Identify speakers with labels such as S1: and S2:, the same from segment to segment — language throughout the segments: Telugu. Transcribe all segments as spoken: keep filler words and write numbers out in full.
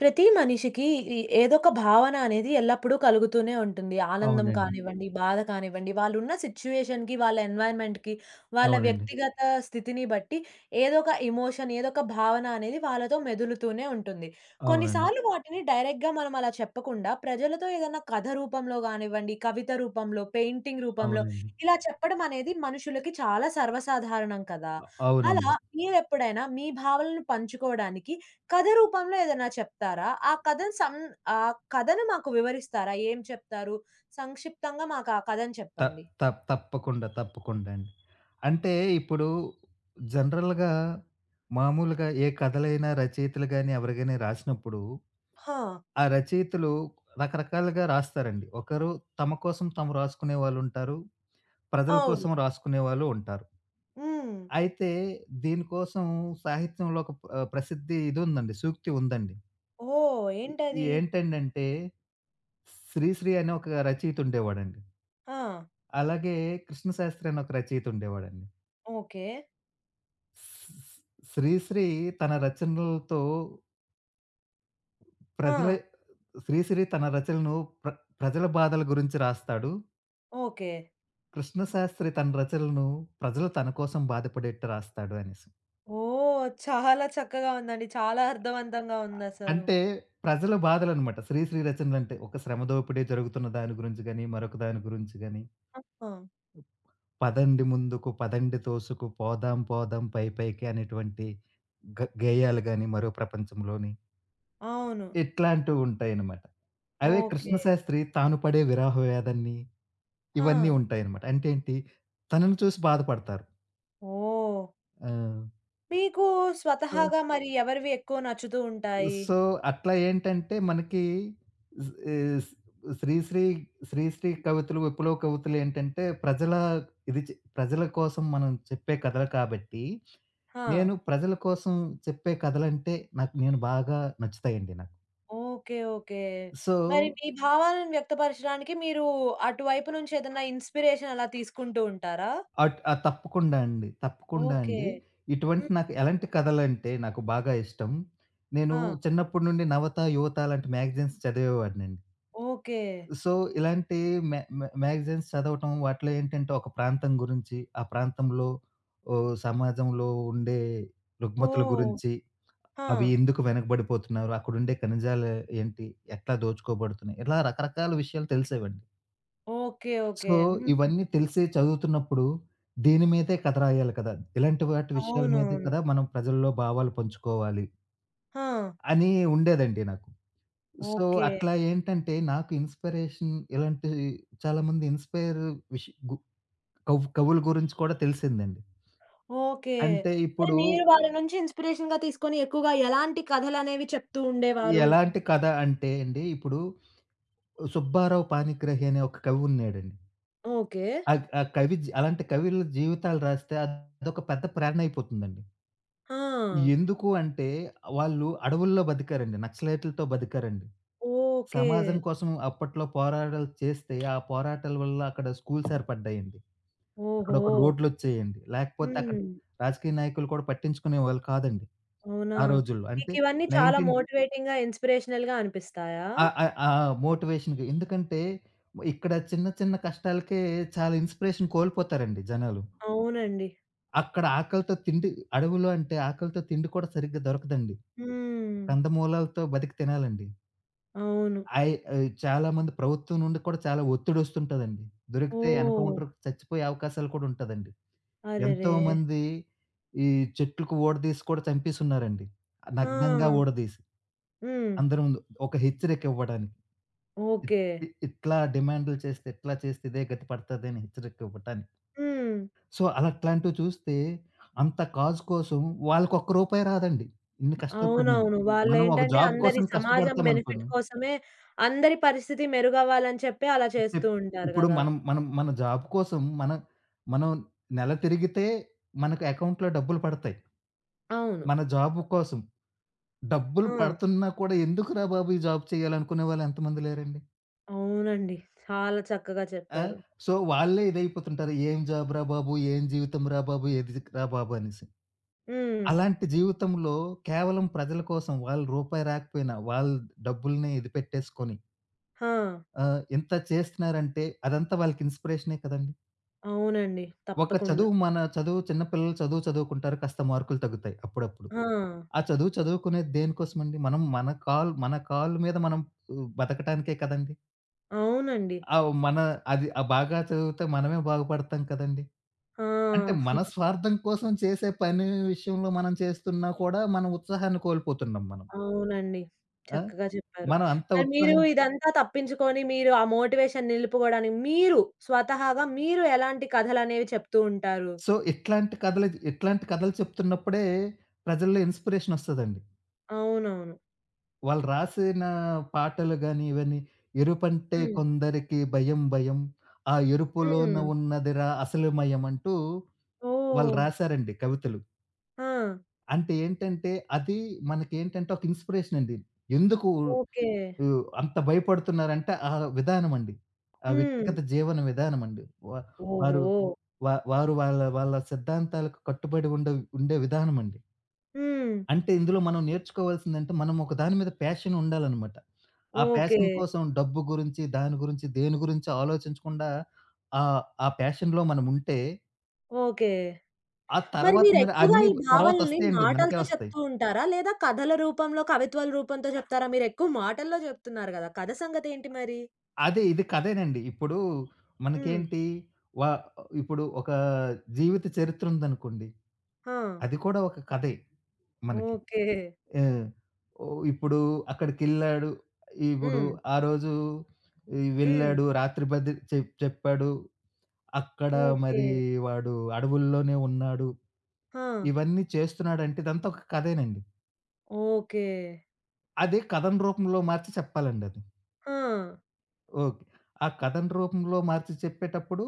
S1: ప్రతి మనిషికి ఈ ఏదో ఒక భావన అనేది ఎల్లప్పుడూ కలుగుతూనే ఉంటుంది. ఆనందం హ్మ్.
S2: అవునండి.
S1: కానివ్వండి, బాధ కానివ్వండి, వాళ్ళున్న సిట్యుయేషన్‌కి, వాళ్ళ ఎన్వైర్న్‌మెంట్‌కి, వాళ్ళ
S2: అవునండి.
S1: వ్యక్తిగత స్థితిని బట్టి ఏదో ఒక ఎమోషన్, ఏదో ఒక భావన అనేది వాళ్ళతో మెదులుతూనే ఉంటుంది.
S2: అవునండి.
S1: కొన్నిసార్లు వాటిని డైరెక్ట్‌గా మనం అలా చెప్పకుండా, ప్రజలతో ఏదైనా కథ రూపంలో గానివ్వండి, కవిత రూపంలో, పెయింటింగ్ రూపంలో
S2: అవునండి.
S1: ఇలా చెప్పడం అనేది మనుషులకి చాలా సర్వసాధారణం కదా! అలా
S2: అవునండి.
S1: మీరెప్పుడైనా మీ భావనలను పంచుకోవడానికి కథ రూపంలో ఏదైనా చెప్తారా? ఆ కథను సం ఆ కథను మాకు వివరిస్తారా? ఏం చెప్తారు? సంక్షిప్తంగా మాకు ఆ కథను
S2: త
S1: చెప్పండి.
S2: త తప్పకుండా. తప్పకుండా అండి. అంటే ఇప్పుడు జనరల్‌గా మామూలుగా ఏ కథలైనా రచయితలు గాని, ఎవరు గాని రాసినప్పుడు,
S1: హా!
S2: ఆ రచయితలు రకరకాలుగా రాస్తారండి. ఒకరు తమ కోసం తాము రాసుకునే వాళ్ళుంటారు. ప్రజల
S1: అవును.
S2: కోసం రాసుకునే వాళ్ళు ఉంటారు.
S1: హ్మ్.
S2: అయితే దీనికోసం సాహిత్యంలో ఒక ఆహ్, ప్రసిద్ధి ఇదుందండి. సూక్తి ఉందండి.
S1: ఓహ్!
S2: ఎ
S1: ఏంటది?
S2: ఏంటండంటే, 'శ్రీశ్రీ' అనే ఒక రచయిత ఉండేవాడండి.
S1: ఆ!
S2: అలాగే 'కృష్ణశాస్త్రి' అనే ఒక రచయిత ఉండేవాడండి.
S1: ఓకే.
S2: స్- 'శ్రీశ్రీ' తన రచనలతో ప్రజల
S1: ఆ!
S2: 'శ్రీశ్రీ' తన రచనలను ప్ర ప్రజల బాధల గురించి రాస్తాడు.
S1: ఓకే.
S2: 'కృష్ణశాస్త్రి' తన రచనలను ప్రజలు తన కోసం బాధపడేట్టు రాస్తాడు అనేసి.
S1: ఓహ్! చాలా చక్కగా ఉందండి. చాలా అర్థవంతంగా ఉందసలు.
S2: అంటే ప్రజల బాధలనమాట. 'శ్రీశ్రీ' రచనలంటే ఒక శ్రమ దోపిడీ జరుగుతున్న దాని గురించి గాని, మరొక దాని గురించి గాని
S1: ఆహా!
S2: పదండి ముందుకు, పదండి తోసుకు, పోదాం పోదాం పై పైకి అనేటువంటి గ గేయాలు గాని, మరో ప్రపంచంలోని
S1: అవును.
S2: ఇట్లాంటివుంటాయనమాట. అవే
S1: ఓకే.
S2: కృష్ణశాస్త్రి తాను పడే విరహ వేదనని,
S1: ఆ!
S2: ఇవన్నీ ఉంటాయనమాట. అంటే ఏంటి, తనను చూసి బాధపడతారు.
S1: ఓహ్!
S2: ఆ!
S1: మీకు
S2: సో
S1: స్వతహాగా మరి ఎవరివి ఎక్కువ నచ్చుతూ ఉంటాయి?
S2: సో, అట్లా ఏంటంటే మనకి జ్ ఆహ్, స్ శ్రీశ్రీ, శ్రీశ్రీ కవితలు, విప్లవ కవితలు ఏంటంటే ప్రజల ఇది చే ప్రజల కోసం మనం చెప్పే కథలు కాబట్టి,
S1: ఆ!
S2: నేను ప్రజల కోసం చెప్పే కథలంటే నాకు నేను బాగా నచ్చుతాయండి నాకు.
S1: ఓకే. ఓకే.
S2: సో,
S1: మరి మీ భావాలను వ్యక్తపరచడానికి మీరు అటువైపు నుంచి ఏదన్నా ఇన్‌స్పిరేషన్ అలా తీసుకుంటూ ఉంటారా?
S2: అట్ ఆ! తప్పకుండా అండి. తప్పకుండా
S1: ఓకే.
S2: అండి. ఇటువంటి
S1: హ్మ్.
S2: నాకు ఎలాంటి కథలంటే నాకు బాగా ఇష్టం. నేను
S1: ఆ!
S2: చిన్నప్పటి నుండి 'నవత', 'యువత' లాంటి మ్యాగజైన్స్ చదివేవాడినండి.
S1: ఓకే.
S2: సో, ఇలాంటి మ్యా మ్యా మ్యాగజైన్స్ చదవటం వాటిలో ఏంటంటే ఒక ప్రాంతం గురించి, ఆ ప్రాంతంలో ఓహ్, సమాజంలో ఉండే రుగ్మతుల
S1: ఓహ్!
S2: గురించి,
S1: ఆ!
S2: అవి ఎందుకు వెనకబడిపోతున్నారు, అక్కడుండే ఖనిజాలు ఏంటి, ఎట్లా దోచుకోబడుతున్నాయి, ఇలా రకరకాల విషయాలు తెలిసేవండి.
S1: ఓకే. ఓకే.
S2: సో,
S1: హ్మ్.
S2: ఇవన్నీ తెలిసి చదువుతున్నప్పుడు దీని మీదే కథ రాయాలి కదా! ఇలాంటి వాటి విషయాల మీదే
S1: అవునవును.
S2: కదా! మనం ప్రజల్లో భావాలు పంచుకోవాలి
S1: ఆ!
S2: అని ఉండేదండి నాకు. So,
S1: okay.
S2: అట్లా ఏంటంటే నాకు ఇన్‌స్పిరేషన్ ఇలాంటి చాలామంది ఇన్‌స్పైర్ విష్ గు కవ్ కవుల గురించి కూడా తెలిసిందండి.
S1: ఓకే.
S2: అంటే
S1: మరి
S2: ఇప్పుడు
S1: మీరు వాళ్ళ నుంచి ఇన్‌స్పిరేషన్‌గా తీసుకొని ఎక్కువగా ఎలాంటి కథలనేవి చెప్తూ ఉండేవారు?
S2: ఎలాంటి కథ అంటే అండి, ఇప్పుడు 'సుబ్బారావు పాణిగ్రాహి' అనే ఒక కవి ఉన్నాడండి.
S1: ఓకే.
S2: ఆగ్ ఆ కవి జీ అలాంటి కవుల జీవితాలు రాస్తే అదొక పెద్ద ప్రేరణ అయిపోతుందండి.
S1: ఆ!
S2: ఎందుకు అంటే వాళ్ళు అడవుల్లో బతికారండి. నక్సలైట్‌లతో బతికారండి.
S1: ఓకే.
S2: సమాజం కోసం అప్పట్లో పోరాటాలు చేస్తే, ఆ పోరాటాల వల్ల అక్కడ స్కూల్స్ ఏర్పడ్డాయండి. అక్కడ
S1: ఓహో!
S2: ఒక రోడ్లొచ్చేయండి. లేకపోతే అక్కడ
S1: హ్మ్.
S2: రాజకీయ నాయకులు కూడా పట్టించుకునేవాళ్ళు కాదండి.
S1: అవునా!
S2: ఆ రోజుల్లో. అంటే
S1: మీకివన్నీ చాలా
S2: పందొమ్మిది
S1: మోటివేటింగ్‌గా, ఇన్‌స్పిరేషనల్‌గా అనిపిస్తాయా?
S2: ఆహ్, ఆహ్, ఆ మోటివేషన్‌కి ఎందుకంటే ఇక్కడ చిన్న చిన్న కష్టాలకే చాలా ఇన్‌స్పిరేషన్ కోల్పోతారండి జనాలు.
S1: అవునండి.
S2: అక్కడ ఆకలితో తిండి అడవులు అంటే ఆకలితో తిండి కూడా సరిగ్గా దొరకదండి.
S1: హ్మ్.
S2: కందమూలాలతో బతికి తినాలండి.
S1: అవును.
S2: అయి ఆహ్, చాలా మంది ప్రభుత్వం నుండి కూడా చాలా ఒత్తిడొస్తుంటదండి. దొరికితే
S1: ఓహ్!
S2: ఎన్‌కౌంటర్‌కి చచ్చిపోయే అవకాశాలు కూడా ఉంటదండి.
S1: అరెరే!
S2: ఎంతోమంది ఈ చెట్లుకు ఊడదీసి కూడా చంపేసున్నారండి.
S1: ఆ!
S2: నగ్నంగా ఊడదీసి
S1: హ్మ్.
S2: అందరి ముందు. ఒక హెచ్చరికివ్వడానికి. It
S1: okay.
S2: ఇ ఇట్లా డిమాండ్‌లు చేస్తే, ఇట్లా చేస్తే ఇదే గతి పడతదని హెచ్చరికివ్వటానికి.
S1: హ్మ్.
S2: సో, అలాట్లాంటివి చూస్తే అంత కాజ్ కోసం వాళ్ళకొక్క రూపాయి రాదండి. ఇన్ని కష్టాలు పడినందుకు.
S1: అవునవును.
S2: మనం ఒక
S1: వాళ్ళేంటంటే
S2: జాబ్
S1: అందరి
S2: కోసం
S1: సమాజం బెనిఫిట్
S2: కష్టపడతామనుకోండి.
S1: కోసమే అందరి పరిస్థితి మెరుగవ్వాలని చెప్పి అలా
S2: అంటే
S1: చేస్తూ ఉంటారు
S2: ఇప్పుడు
S1: గదా!
S2: మనం మనం మన జాబ్ కోసం మనం మనం నెల తిరిగితే మనకు అకౌంట్‌లో డబ్బులు పడతాయి.
S1: అవును.
S2: మన జాబు కోసం. డబ్బులు
S1: ఆ!
S2: పడుతున్నా కూడా ఎందుకురా బాబు! ఈ జాబ్ చేయాలనుకునే వాళ్ళు ఎంతమంది లేరండి?
S1: అవునండి. చాలా చక్కగా
S2: ఆ!
S1: చెప్పారు.
S2: సో, వాళ్ళే ఇదైపోతుంటారు. ఏం జాబ్‌రా బాబు! ఏం జీవితంరా బాబు! ఎదిగిరా బాబు! అనేసి.
S1: హ్మ్.
S2: అలాంటి జీవితంలో కేవలం ప్రజల కోసం వాళ్ళు రూపాయి రాకపోయినా వాళ్ళు డబ్బుల్ని ఇది పెట్టేసుకొని
S1: ఆ!
S2: ఆహ్, ఇంత చేస్తున్నారంటే అదంతా వాళ్ళకి ఇన్‌స్పిరేషనే కదండీ!
S1: అవునండి.
S2: ఒక
S1: తప్పకుండా.
S2: చదువు మన చదువు చిన్న పిల్లలు చదువు చదువుకుంటారు కాస్త మార్కులు తగ్గుతాయి అప్పుడప్పుడు.
S1: ఆ!
S2: ఆ చదువు చదువుకునేది దేనికోసమండి? మనం మన కాల్ మన కాళ్ళ మీద మనం ఆహ్, బతకటానికే కదండీ!
S1: అవునండి.
S2: ఆహ్, మన అది ఆ బాగా చదివితే మనమే బాగుపడతాం కదండీ!
S1: ఆ!
S2: అంటే మన స్వార్థం కోసం చేసే పని విషయంలో మనం చేస్తున్నా కూడా మన ఉత్సాహాన్ని కోల్పోతున్నాం మనం.
S1: అవునండి.
S2: ఆ!
S1: చక్కగా చెప్పారు.
S2: మనం అంత
S1: మరి మీరు
S2: ఉత్సాహం
S1: ఇదంతా తప్పించుకొని మీరు ఆ మోటివేషన్ నిలుపుకోవడానికి మీరు స్వతహాగా మీరు ఎలాంటి కథలనేవి చెప్తూ ఉంటారు?
S2: సో, ఇట్లాంటి కథలు ఇట్లాంటి కథలు చెప్తున్నప్పుడే ప్రజల్లో ఇన్‌స్పిరేషన్ ఒస్తదండి.
S1: అవునవును.
S2: వాళ్ళు రాసిన పాటలు గాని, ఇవన్నీ ఎరుపంటే
S1: హ్మ్.
S2: కొందరికి భయం భయం. ఆ ఎరుపులోన
S1: హ్మ్.
S2: ఉన్నదిరా అసలుమయం అంటూ వాళ్ళు
S1: ఓహ్!
S2: రాశారండి కవితలు.
S1: ఆ!
S2: అంటే ఏంటంటే, అది మనకేంటంటే ఒక ఇన్‌స్పిరేషన్ అండి. ఎందుకు
S1: ఓకే.
S2: ఆహ్, అంత భయపడుతున్నారంటే ఆ విధానం అండి. ఆ
S1: హ్మ్.
S2: వ్యక్తిగత జీవన విధానం అండి. వ వారు
S1: ఓహో!
S2: వ వారు వాళ్ళ వాళ్ళ సిద్ధాంతాలకు కట్టుబడి ఉండే ఉండే విధానం అండి.
S1: హ్మ్.
S2: అంటే ఇందులో మనం నేర్చుకోవాల్సిందంటే, మనం ఒక దాని మీద ప్యాషన్ ఉండాలనమాట. ఆ
S1: ఓకే.
S2: ప్యాషన్ కోసం డబ్బు గురించి, దాని గురించి, దేని గురించి ఆలోచించకుండా ఆహ్, ఆ ప్యాషన్‌లో మనముంటే,
S1: ఓకే.
S2: ఆ
S1: మరి
S2: తర్వాత మరి
S1: మీరెక్కువగా
S2: అన్నీ
S1: ఈ భావనల్ని
S2: తర్వాతొస్తాయండి. మనకే
S1: మాటలతో
S2: వస్తాయి.
S1: చెప్తూ ఉంటారా? లేదా కథల రూపంలో, కవిత్వాల రూపంతో చెప్తారా? మీరెక్కువ మాటల్లో చెప్తున్నారు గదా! కథ సంగతేంటి మరి?
S2: అదే ఇది కథేనండి. ఇప్పుడు
S1: హ్మ్.
S2: మనకేంటి వా ఇప్పుడు ఒక జీవిత చరిత్ర ఉందనుకోండి.
S1: ఆ!
S2: అది కూడా ఒక కథే మనకి.
S1: ఓకే.
S2: ఆ! ఓహ్, ఇప్పుడు అక్కడికెళ్ళాడు. ఇప్పుడు
S1: హ్మ్.
S2: ఆ రోజు ఈ
S1: హ్మ్.
S2: వెళ్ళాడు. రాత్రి బది చెప్ చెప్పాడు. అక్కడ
S1: ఓకే.
S2: మరి వాడు అడవుల్లోనే ఉన్నాడు.
S1: ఆ!
S2: ఇవన్నీ చేస్తున్నాడంటే ఇదంతా ఒక కథేనండి.
S1: ఓకే.
S2: అదే కథను రూపంలో మార్చి చెప్పాలండి అది.
S1: ఆ!
S2: ఓకే. ఆ కథను రూపంలో మార్చి చెప్పేటప్పుడు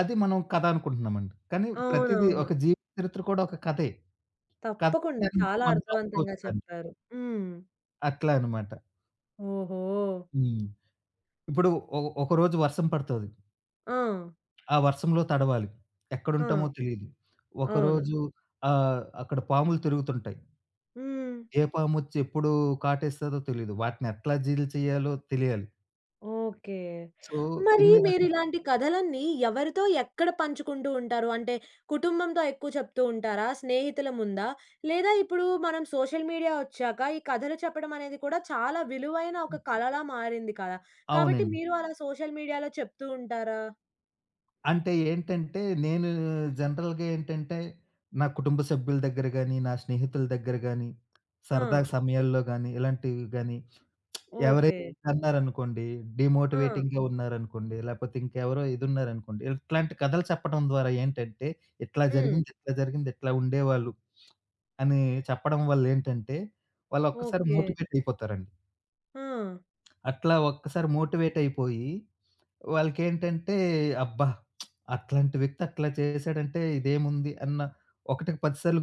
S2: అది మనం కథ అనుకుంటున్నామండి. కానీ ప్రతీదీ
S1: అవునవును.
S2: ఒక జీవిత చరిత్ర కూడా ఒక కథే. కథ
S1: తప్పకుండా.
S2: దాన్ని మనం
S1: చాలా
S2: మనం
S1: అర్థవంతంగా
S2: రాసుకోవచ్చు దాన్ని.
S1: చెప్పారు. హ్మ్.
S2: అట్లా అనమాట.
S1: ఓహో!
S2: హ్మ్. ఇప్పుడు ఒ ఒకరోజు వర్షం పడతది.
S1: ఆ!
S2: ఆ వర్షంలో తడవాలి.
S1: ఆ!
S2: ఎక్కడుంటామో తెలీదు.
S1: అవును.
S2: ఒకరోజు ఆహ్, అక్కడ పాములు తిరుగుతుంటాయి.
S1: హ్మ్.
S2: ఏ పామొచ్చి ఎప్పుడు కాటేస్తదో తెలీదు. వాటినెట్లా డీల్ చేయాలో తెలియాలి.
S1: ఓకే.
S2: సో,
S1: మరి
S2: ఇన్ని
S1: హ్మ్.
S2: రక
S1: మీరిలాంటి కథలన్నీ ఎవరితో, ఎక్కడ పంచుకుంటూ ఉంటారు? అంటే కుటుంబంతో ఎక్కువ చెప్తూ ఉంటారా? స్నేహితుల ముందా? లేదా ఇప్పుడు మనం సోషల్ మీడియా వచ్చాక ఈ కథలు చెప్పడం అనేది కూడా చాలా విలువైన ఒక కళలా మారింది కదా! కాబట్టి
S2: అవునండి.
S1: మీరు అలా సోషల్ మీడియాలో చెప్తూ ఉంటారా?
S2: అంటే ఏంటంటే, నేను జనరల్‌గా ఏంటంటే, నా కుటుంబ సభ్యుల దగ్గర గాని, నా స్నేహితుల దగ్గర గాని,
S1: ఆ!
S2: సరదా సమయాల్లో గాని, ఇలాంటివి గాని, ఎవరైనా
S1: ఓకే.
S2: అన్నారనుకోండి,
S1: హ్మ్. ఆ!
S2: డీమోటివేటింగ్‌గా ఉన్నారనుకోండి, లేపోతే ఇంకెవరో ఇదున్నారనుకోండి, ఇట్లాంటి కథలు చెప్పడం ద్వారా ఏంటంటే, ఇట్లా
S1: హ్మ్.
S2: జరిగింది, ఇట్లా జరిగింది, ఇట్లా ఉండేవాళ్ళు అని చెప్పడం వల్లేంటంటే, వాళ్ళొక్కసారి
S1: ఓకే.
S2: మోటివేట్ అయిపోతారండి.
S1: ఆ!
S2: అట్లా ఒక్కసారి మోటివేట్ అయిపోయి వాళ్ళకేంటంటే అబ్బా! అట్లాంటి వ్యక్తి అట్లా చేశాడంటే ఇదేముంది అన్న ఒకటికి పది సార్లు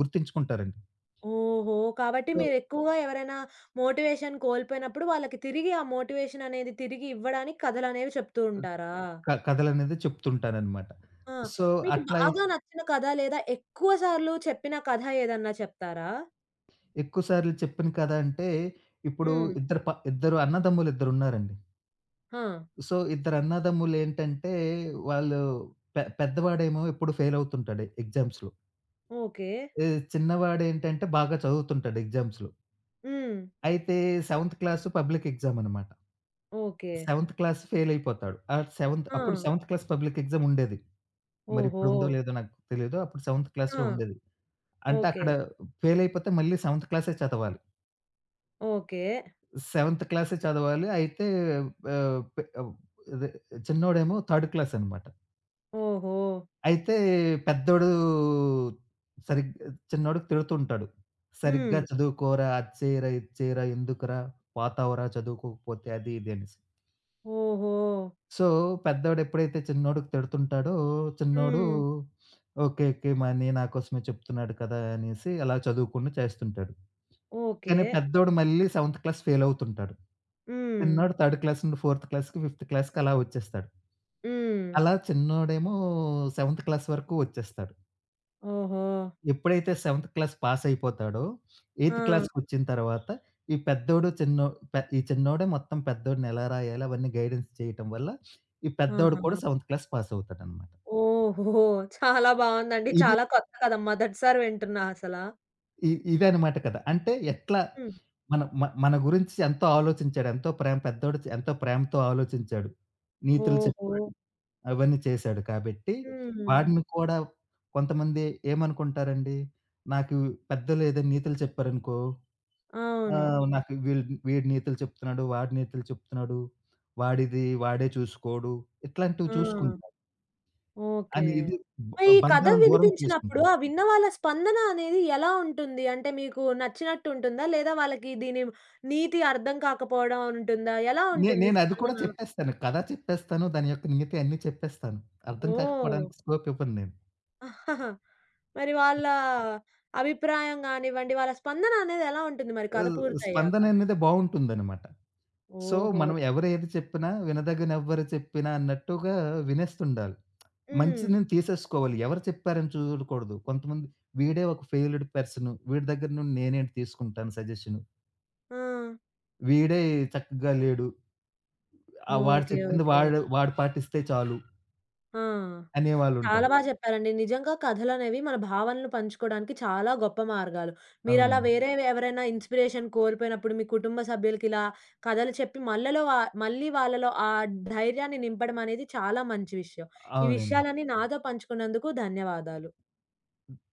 S2: గుర్తించుకుంటారండి.
S1: ఓహో! కాబట్టి
S2: సో,
S1: మీరెక్కువగా ఎవరైనా మోటివేషన్ కోల్పోయినప్పుడు వాళ్ళకి తిరిగి ఆ మోటివేషన్ అనేది తిరిగి ఇవ్వడానికి కథలనేవి చెప్తూ ఉంటారా?
S2: క కథలనేది చెప్తుంటాననమాట.
S1: ఆ!
S2: సో,
S1: మీకు
S2: అట్లా
S1: బాగా నచ్చిన కథ లేదా ఎక్కువ సార్లు చెప్పిన కథ ఏదన్నా చెప్తారా?
S2: ఎక్కువ సార్లు చెప్పిన కథ అంటే ఇప్పుడు
S1: హ్మ్.
S2: ఇద్దరు ప ఇద్దరు అన్నదమ్ములు ఇద్దరున్నారండి.
S1: ఆ!
S2: సో, ఇద్దరు అన్నదమ్ములు ఏంటంటే వాళ్ళు పె పెద్దవాడేమో ఎప్పుడు ఫెయిల్ అవుతుంటాడు ఎగ్జామ్స్‌లో.
S1: ఓకే.
S2: ఈ చిన్నవాడేంటంటే బాగా చదువుతుంటాడు ఎగ్జామ్స్‌లో.
S1: హ్మ్.
S2: అయితే 7థ్ క్లాస్ పబ్లిక్ ఎగ్జామ్ అనమాట.
S1: ఓకే.
S2: 7థ్ క్లాస్ ఫెయిల్ అయిపోతాడు. ఆ 7థ్
S1: ఆ!
S2: అప్పుడు 7థ్ క్లాస్ పబ్లిక్ ఎగ్జామ్ ఉండేది. మరి
S1: ఓహో!
S2: ఇప్పుడు ఉందో లేదో నాకు తెలీదు. అప్పుడు 7థ్
S1: ఆ!
S2: క్లాస్‌లో ఉండేది. అంటే
S1: ఓకే.
S2: అక్కడ ఫెయిల్ అయిపోతే మళ్ళీ 7థ్ క్లాసే చదవాలి.
S1: ఓకే.
S2: 7థ్ క్లాసే చదవాలి. అయితే ఆహ్, పె ఆహ్, అదే చిన్నోడేమో థర్డ్ క్లాస్ అనమాట.
S1: ఓహో!
S2: అయితే పెద్దోడు సరిగ్ చిన్నోడికి తిడుతుంటాడు.
S1: హ్మ్.
S2: "సరిగ్గా చదువుకోరా, అది చేయరా, ఇది చేయరా, ఎందుకురా పోతావురా చదువుకోకపోతే" అది ఇది అనేసి.
S1: ఓహో!
S2: సో, పెద్దోడెప్పుడైతే చిన్నోడికి తిడుతుంటాడో, చిన్నోడు
S1: హ్మ్.
S2: ఓకే. ఓకే. మనీ నా కోసమే చెప్తున్నాడు కదా! అనేసి అలా చదువుకుండా చేస్తుంటాడు.
S1: ఓకే.
S2: కానీ పెద్దోడు మళ్ళీ సెవెంత్ క్లాస్ ఫెయిలవుతుంటాడు.
S1: హ్మ్.
S2: చిన్నోడు థర్డ్ క్లాస్ నుండి ఫోర్త్ క్లాస్‌కి, ఫిఫ్త్ క్లాస్‌కి అలా వచ్చేస్తాడు.
S1: హ్మ్.
S2: అలా చిన్నోడేమో సెవెంత్ క్లాస్ వరకు వచ్చేస్తాడు.
S1: ఓహో!
S2: ఎప్పుడైతే సెవెంత్ క్లాస్ పాసయిపోతాడో,
S1: ఆ!
S2: ఎయిత్ క్లాస్‌కొచ్చిన తర్వాత ఈ పెద్దోడు, చిన్నో పె ఈ చిన్నోడే మొత్తం పెద్దోడిని ఎలా రాయాలి అవన్నీ గైడెన్స్ చేయటం వల్ల, ఈ పెద్దోడు
S1: ఆహా!
S2: కూడా సెవెంత్ క్లాస్ పాసవుతాడనమాట.
S1: ఓహో! చాలా బావుందండి.
S2: ఇది
S1: చాలా కొత్త కథ. మొదటిసారి వింటున్నా అసల.
S2: ఇ ఇదనమాట కథ. అంటే ఎట్లా
S1: హ్మ్.
S2: మన మ మన గురించి ఎంతో ఆలోచించాడు. ఎంతో ప్రేమ పెద్దోడు చ ఎంతో ప్రేమతో ఆలోచించాడు. నీతులు
S1: ఓహో!
S2: చెప్పాడు. అవన్నీ చేశాడు కాబట్టి,
S1: హ్మ్.
S2: వాడిని కూడా కొంతమంది ఏమనుకుంటారండి, నాకు పెద్దలు ఏదైనా నీతులు చెప్పారనుకో, ఆ!
S1: అవును.
S2: నాకు వీళ్ళు వీడు నీతులు చెప్తున్నాడు, వాడు నీతులు చెప్తున్నాడు, వాడిది వాడే చూసుకోడు, ఇట్లాంటివి
S1: ఆ!
S2: చూసుకుంటారు.
S1: ఓకే.
S2: అని ఇది బ
S1: మరి ఈ కథ
S2: బంధాలను దూరం
S1: వినిపించినప్పుడు
S2: చేసుకుంటారు.
S1: ఆ విన్న వాళ్ళ స్పందన అనేది ఎలా ఉంటుంది? అంటే మీకు నచ్చినట్టు ఉంటుందా? లేదా వాళ్ళకి దీని నీతి అర్థం కాకపోవడం ఉంటుందా? ఎలా
S2: నే
S1: ఉంటుంది
S2: నేనది కూడా
S1: స్పందన?
S2: చెప్పేస్తాను. కథ చెప్పేస్తాను. దాని యొక్క నీతి అన్నీ చెప్పేస్తాను. అర్థం
S1: ఓహ్!
S2: కాకపోవడానికి స్కోప్ ఇవ్వను నేను.
S1: మరి వాళ్ళ అభిప్రాయం గానివ్వండి, వాళ్ళ స్పందన అనేది ఎలా ఉంటుంది మరి కథ
S2: ఆహ్,
S1: పూర్తయ్యాక?
S2: 'స్పందన' అనేది బావుంటుందనమాట. సో,
S1: ఓహో!
S2: మనం ఎవరు ఏది చెప్పినా, వినదగినెవ్వరు చెప్పినా అన్నట్టుగా వినేస్తుండాలి.
S1: హ్మ్.
S2: మంచిని తీసేసుకోవాలి. ఎవరు చెప్పారని చూడకూడదు. కొంతమంది వీడే ఒక ఫెయిల్డ్ పర్సను. వీడి దగ్గర నుండి నేనేంటి తీసుకుంటాను సజెషను.
S1: ఆ!
S2: వీడే చక్కగా లేడు. ఆహ్, వాడు
S1: ఓకే.
S2: చెప్పింది
S1: ఓకే.
S2: వాడు వాడు పాటిస్తే చాలు
S1: ఆ! చాలా
S2: అనేవాళ్ళుంటారు.
S1: బా చెప్పారండి. నిజంగా కథలనేవి మన భావనలు పంచుకోవడానికి చాలా గొప్ప మార్గాలు. మీరలా హ్మ్.
S2: అవునండి.
S1: వేరే ఎవరైనా ఇన్‌స్పిరేషన్ కోల్పోయినప్పుడు మీ కుటుంబ సభ్యులకిలా కథలు చెప్పి మళ్ళలో వా మళ్ళీ వాళ్ళలో ఆ ధైర్యాన్ని నింపడం అనేది చాలా మంచి విషయం. ఈ
S2: అవునండి.
S1: విషయాలన్నీ నాతో పంచుకున్నందుకు ధన్యవాదాలు.